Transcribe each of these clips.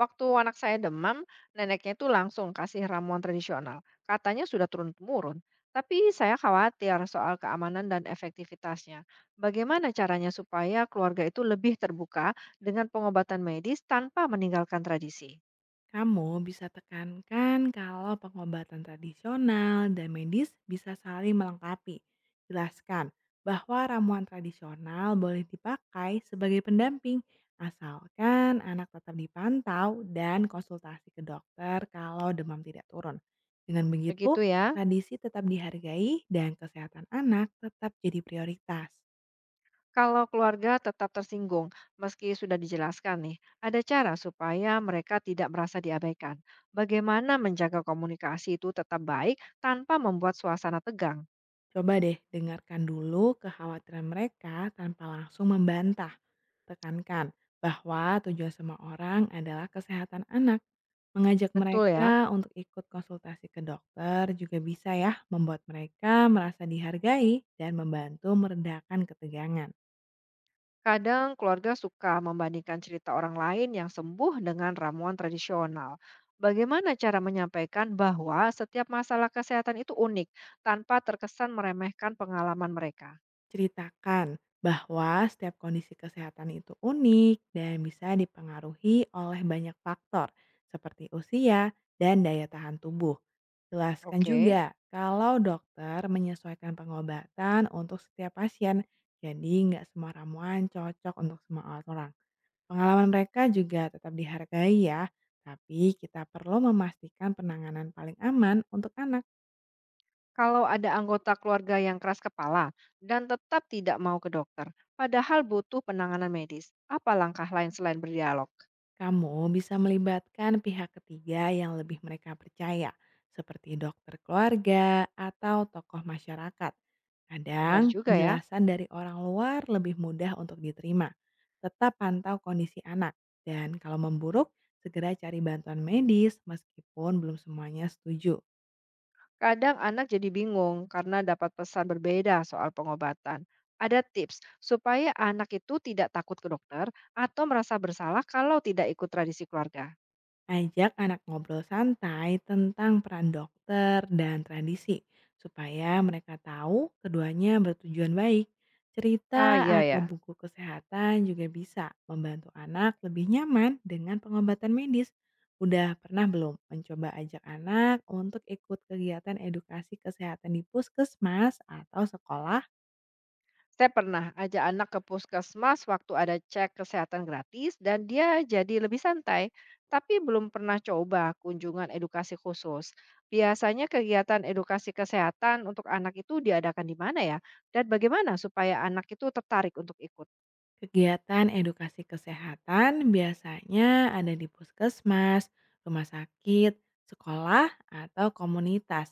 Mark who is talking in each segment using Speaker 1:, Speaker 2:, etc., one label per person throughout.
Speaker 1: Waktu anak saya demam, neneknya itu langsung kasih ramuan tradisional. Katanya sudah turun-temurun. Tapi saya khawatir soal keamanan dan efektivitasnya. Bagaimana caranya supaya keluarga itu lebih terbuka dengan pengobatan medis tanpa meninggalkan tradisi?
Speaker 2: Kamu bisa tekankan kalau pengobatan tradisional dan medis bisa saling melengkapi. Jelaskan bahwa ramuan tradisional boleh dipakai sebagai pendamping asalkan anak tetap dipantau dan konsultasi ke dokter kalau demam tidak turun. Dengan begitu,
Speaker 1: Begitu ya.
Speaker 2: tradisi tetap dihargai dan kesehatan anak tetap jadi prioritas.
Speaker 1: Kalau keluarga tetap tersinggung, meski sudah dijelaskan nih, ada cara supaya mereka tidak merasa diabaikan. Bagaimana menjaga komunikasi itu tetap baik tanpa membuat suasana tegang.
Speaker 2: Coba deh dengarkan dulu kekhawatiran mereka tanpa langsung membantah. Tekankan bahwa tujuan semua orang adalah kesehatan anak. Mengajak
Speaker 1: Betul ya.
Speaker 2: mereka untuk ikut konsultasi ke dokter juga bisa ya membuat mereka merasa dihargai dan membantu meredakan ketegangan.
Speaker 1: Kadang keluarga suka membandingkan cerita orang lain yang sembuh dengan ramuan tradisional. Bagaimana cara menyampaikan bahwa setiap masalah kesehatan itu unik tanpa terkesan meremehkan pengalaman mereka?
Speaker 2: Ceritakan bahwa setiap kondisi kesehatan itu unik dan bisa dipengaruhi oleh banyak faktor seperti usia dan daya tahan tubuh. Jelaskan
Speaker 1: Oke,
Speaker 2: juga kalau dokter menyesuaikan pengobatan untuk setiap pasien, jadi nggak semua ramuan cocok untuk semua orang. Pengalaman mereka juga tetap dihargai ya, tapi kita perlu memastikan penanganan paling aman untuk anak.
Speaker 1: kalau ada anggota keluarga yang keras kepala dan tetap tidak mau ke dokter, padahal butuh penanganan medis, apa langkah lain selain berdialog?
Speaker 2: Kamu bisa melibatkan pihak ketiga yang lebih mereka percaya, seperti dokter keluarga atau tokoh masyarakat.
Speaker 1: Benar
Speaker 2: Kadang,
Speaker 1: juga ya.
Speaker 2: penjelasan dari orang luar lebih mudah untuk diterima. Tetap pantau kondisi anak, dan kalau memburuk, segera cari bantuan medis meskipun belum semuanya setuju.
Speaker 1: Kadang anak jadi bingung karena dapat pesan berbeda soal pengobatan. Ada tips supaya anak itu tidak takut ke dokter atau merasa bersalah kalau tidak ikut tradisi keluarga.
Speaker 2: Ajak anak ngobrol santai tentang peran dokter dan tradisi, supaya mereka tahu keduanya bertujuan baik. Cerita
Speaker 1: Ah iya
Speaker 2: atau
Speaker 1: ya,
Speaker 2: buku kesehatan juga bisa membantu anak lebih nyaman dengan pengobatan medis. Udah pernah belum mencoba ajak anak untuk ikut kegiatan edukasi kesehatan di puskesmas atau sekolah?
Speaker 1: saya pernah ajak anak ke puskesmas waktu ada cek kesehatan gratis dan dia jadi lebih santai, tapi belum pernah coba kunjungan edukasi khusus. Biasanya kegiatan edukasi kesehatan untuk anak itu diadakan di mana ya? Dan bagaimana supaya anak itu tertarik untuk ikut?
Speaker 2: Kegiatan edukasi kesehatan biasanya ada di puskesmas, rumah sakit, sekolah, atau komunitas.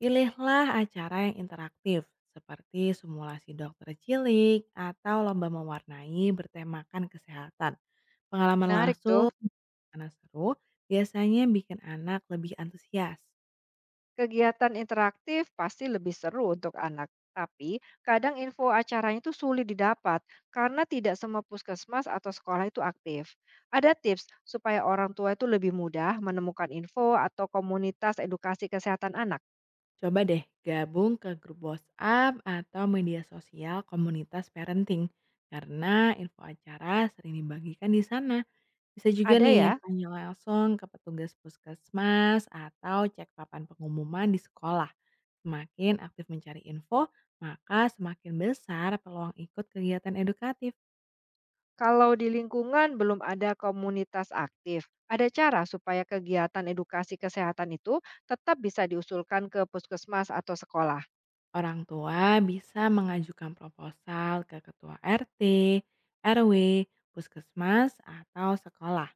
Speaker 2: Pilihlah acara yang interaktif seperti simulasi dokter cilik atau lomba mewarnai bertemakan kesehatan. Pengalaman
Speaker 1: Menarik tuh.
Speaker 2: langsung karena seru biasanya bikin anak lebih antusias.
Speaker 1: Kegiatan interaktif pasti lebih seru untuk anak, tapi kadang info acaranya itu sulit didapat karena tidak semua puskesmas atau sekolah itu aktif. Ada tips supaya orang tua itu lebih mudah menemukan info atau komunitas edukasi kesehatan anak.
Speaker 2: Coba deh gabung ke grup WhatsApp atau media sosial komunitas parenting karena info acara sering dibagikan di sana. Bisa juga
Speaker 1: Ada
Speaker 2: nih
Speaker 1: ya?
Speaker 2: tanya langsung ke petugas puskesmas atau cek papan pengumuman di sekolah. Semakin aktif mencari info, maka semakin besar peluang ikut kegiatan edukatif.
Speaker 1: Kalau di lingkungan belum ada komunitas aktif, ada cara supaya kegiatan edukasi kesehatan itu tetap bisa diusulkan ke puskesmas atau sekolah.
Speaker 2: Orang tua bisa mengajukan proposal ke ketua RT, RW, puskesmas, atau sekolah.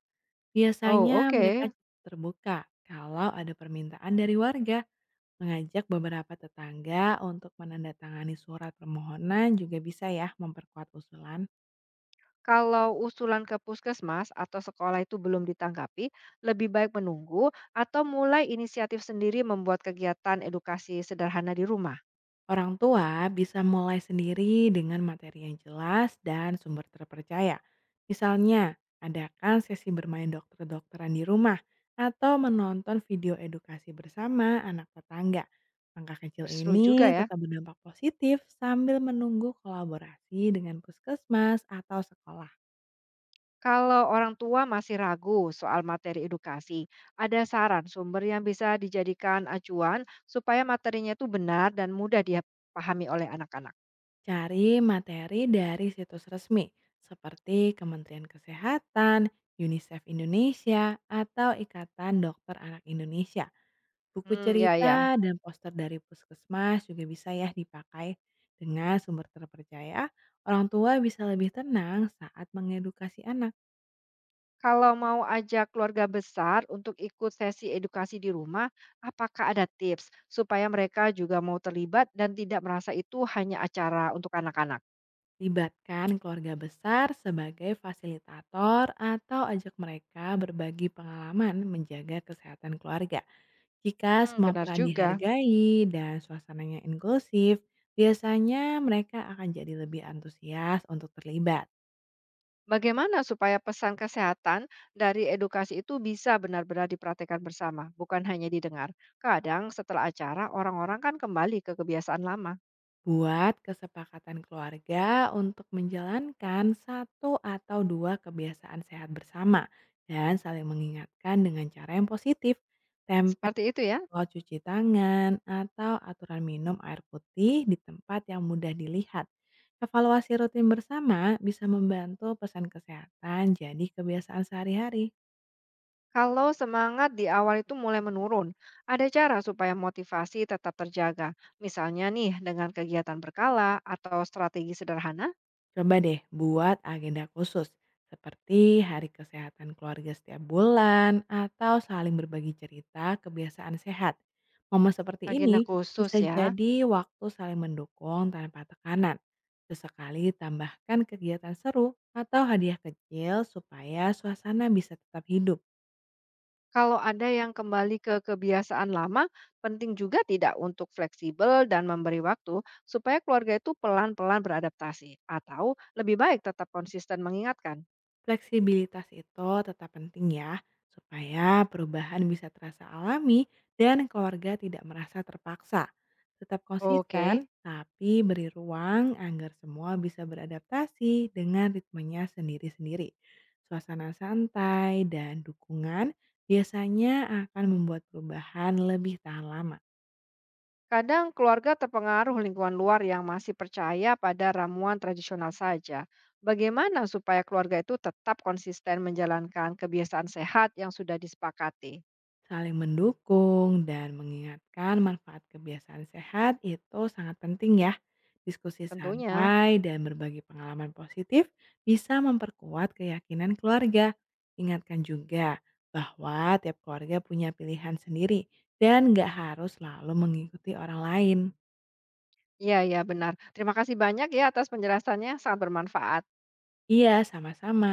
Speaker 1: Oh,
Speaker 2: Biasanya mereka
Speaker 1: oke.
Speaker 2: terbuka kalau ada permintaan dari warga. Mengajak beberapa tetangga untuk menandatangani surat permohonan juga bisa ya memperkuat usulan.
Speaker 1: Kalau usulan ke puskesmas atau sekolah itu belum ditanggapi, lebih baik menunggu atau mulai inisiatif sendiri membuat kegiatan edukasi sederhana di rumah.
Speaker 2: Orang tua bisa mulai sendiri dengan materi yang jelas dan sumber terpercaya. Misalnya, adakan sesi bermain dokter-dokteran di rumah atau menonton video edukasi bersama anak tetangga. Langkah kecil
Speaker 1: Seru juga
Speaker 2: ini
Speaker 1: ya.
Speaker 2: tetap berdampak positif sambil menunggu kolaborasi dengan puskesmas atau sekolah.
Speaker 1: Kalau orang tua masih ragu soal materi edukasi, ada saran sumber yang bisa dijadikan acuan supaya materinya itu benar dan mudah dipahami oleh anak-anak.
Speaker 2: Cari materi dari situs resmi seperti Kementerian Kesehatan, UNICEF Indonesia, atau Ikatan Dokter Anak Indonesia. Buku
Speaker 1: Hmm, ya ya.
Speaker 2: cerita dan poster dari puskesmas juga bisa ya dipakai dengan sumber terpercaya. Orang tua bisa lebih tenang saat mengedukasi anak.
Speaker 1: Kalau mau ajak keluarga besar untuk ikut sesi edukasi di rumah, apakah ada tips supaya mereka juga mau terlibat dan tidak merasa itu hanya acara untuk anak-anak?
Speaker 2: Libatkan keluarga besar sebagai fasilitator atau ajak mereka berbagi pengalaman menjaga kesehatan keluarga. Jika
Speaker 1: Hmm,
Speaker 2: semua
Speaker 1: benar
Speaker 2: peran
Speaker 1: juga.
Speaker 2: dihargai dan suasananya inklusif, biasanya mereka akan jadi lebih antusias untuk terlibat.
Speaker 1: Bagaimana supaya pesan kesehatan dari edukasi itu bisa benar-benar diperhatikan bersama, bukan hanya didengar? Kadang setelah acara, orang-orang kan kembali ke kebiasaan lama.
Speaker 2: Buat kesepakatan keluarga untuk menjalankan satu atau dua kebiasaan sehat bersama dan saling mengingatkan dengan cara yang positif. Tempel
Speaker 1: Seperti itu ya.
Speaker 2: soal cuci tangan atau aturan minum air putih di tempat yang mudah dilihat. Evaluasi rutin bersama bisa membantu pesan kesehatan jadi kebiasaan sehari-hari.
Speaker 1: Kalau semangat di awal itu mulai menurun, ada cara supaya motivasi tetap terjaga. Misalnya nih, dengan kegiatan berkala atau strategi sederhana,
Speaker 2: Coba deh buat agenda khusus, seperti hari kesehatan keluarga setiap bulan atau saling berbagi cerita kebiasaan sehat. Momen seperti
Speaker 1: agenda
Speaker 2: ini
Speaker 1: khusus
Speaker 2: bisa
Speaker 1: ya.
Speaker 2: jadi waktu saling mendukung tanpa tekanan. Sesekali tambahkan kegiatan seru atau hadiah kecil supaya suasana bisa tetap hidup.
Speaker 1: Kalau ada yang kembali ke kebiasaan lama, penting juga tidak untuk fleksibel dan memberi waktu supaya keluarga itu pelan-pelan beradaptasi atau lebih baik tetap konsisten mengingatkan.
Speaker 2: Fleksibilitas itu tetap penting ya, supaya perubahan bisa terasa alami dan keluarga tidak merasa terpaksa. Tetap konsisten,
Speaker 1: Oke.
Speaker 2: tapi beri ruang agar semua bisa beradaptasi dengan ritmenya sendiri-sendiri. Suasana santai dan dukungan biasanya akan membuat perubahan lebih tahan lama.
Speaker 1: Kadang keluarga terpengaruh lingkungan luar yang masih percaya pada ramuan tradisional saja. Bagaimana supaya keluarga itu tetap konsisten menjalankan kebiasaan sehat yang sudah disepakati?
Speaker 2: Saling mendukung dan mengingatkan manfaat kebiasaan sehat itu sangat penting ya. Diskusi
Speaker 1: Tentunya,
Speaker 2: santai dan berbagi pengalaman positif bisa memperkuat keyakinan keluarga. Ingatkan juga bahwa tiap keluarga punya pilihan sendiri dan nggak harus selalu mengikuti orang lain.
Speaker 1: iya, ya benar. Terima kasih banyak ya atas penjelasannya, sangat bermanfaat.
Speaker 2: Iya, sama-sama.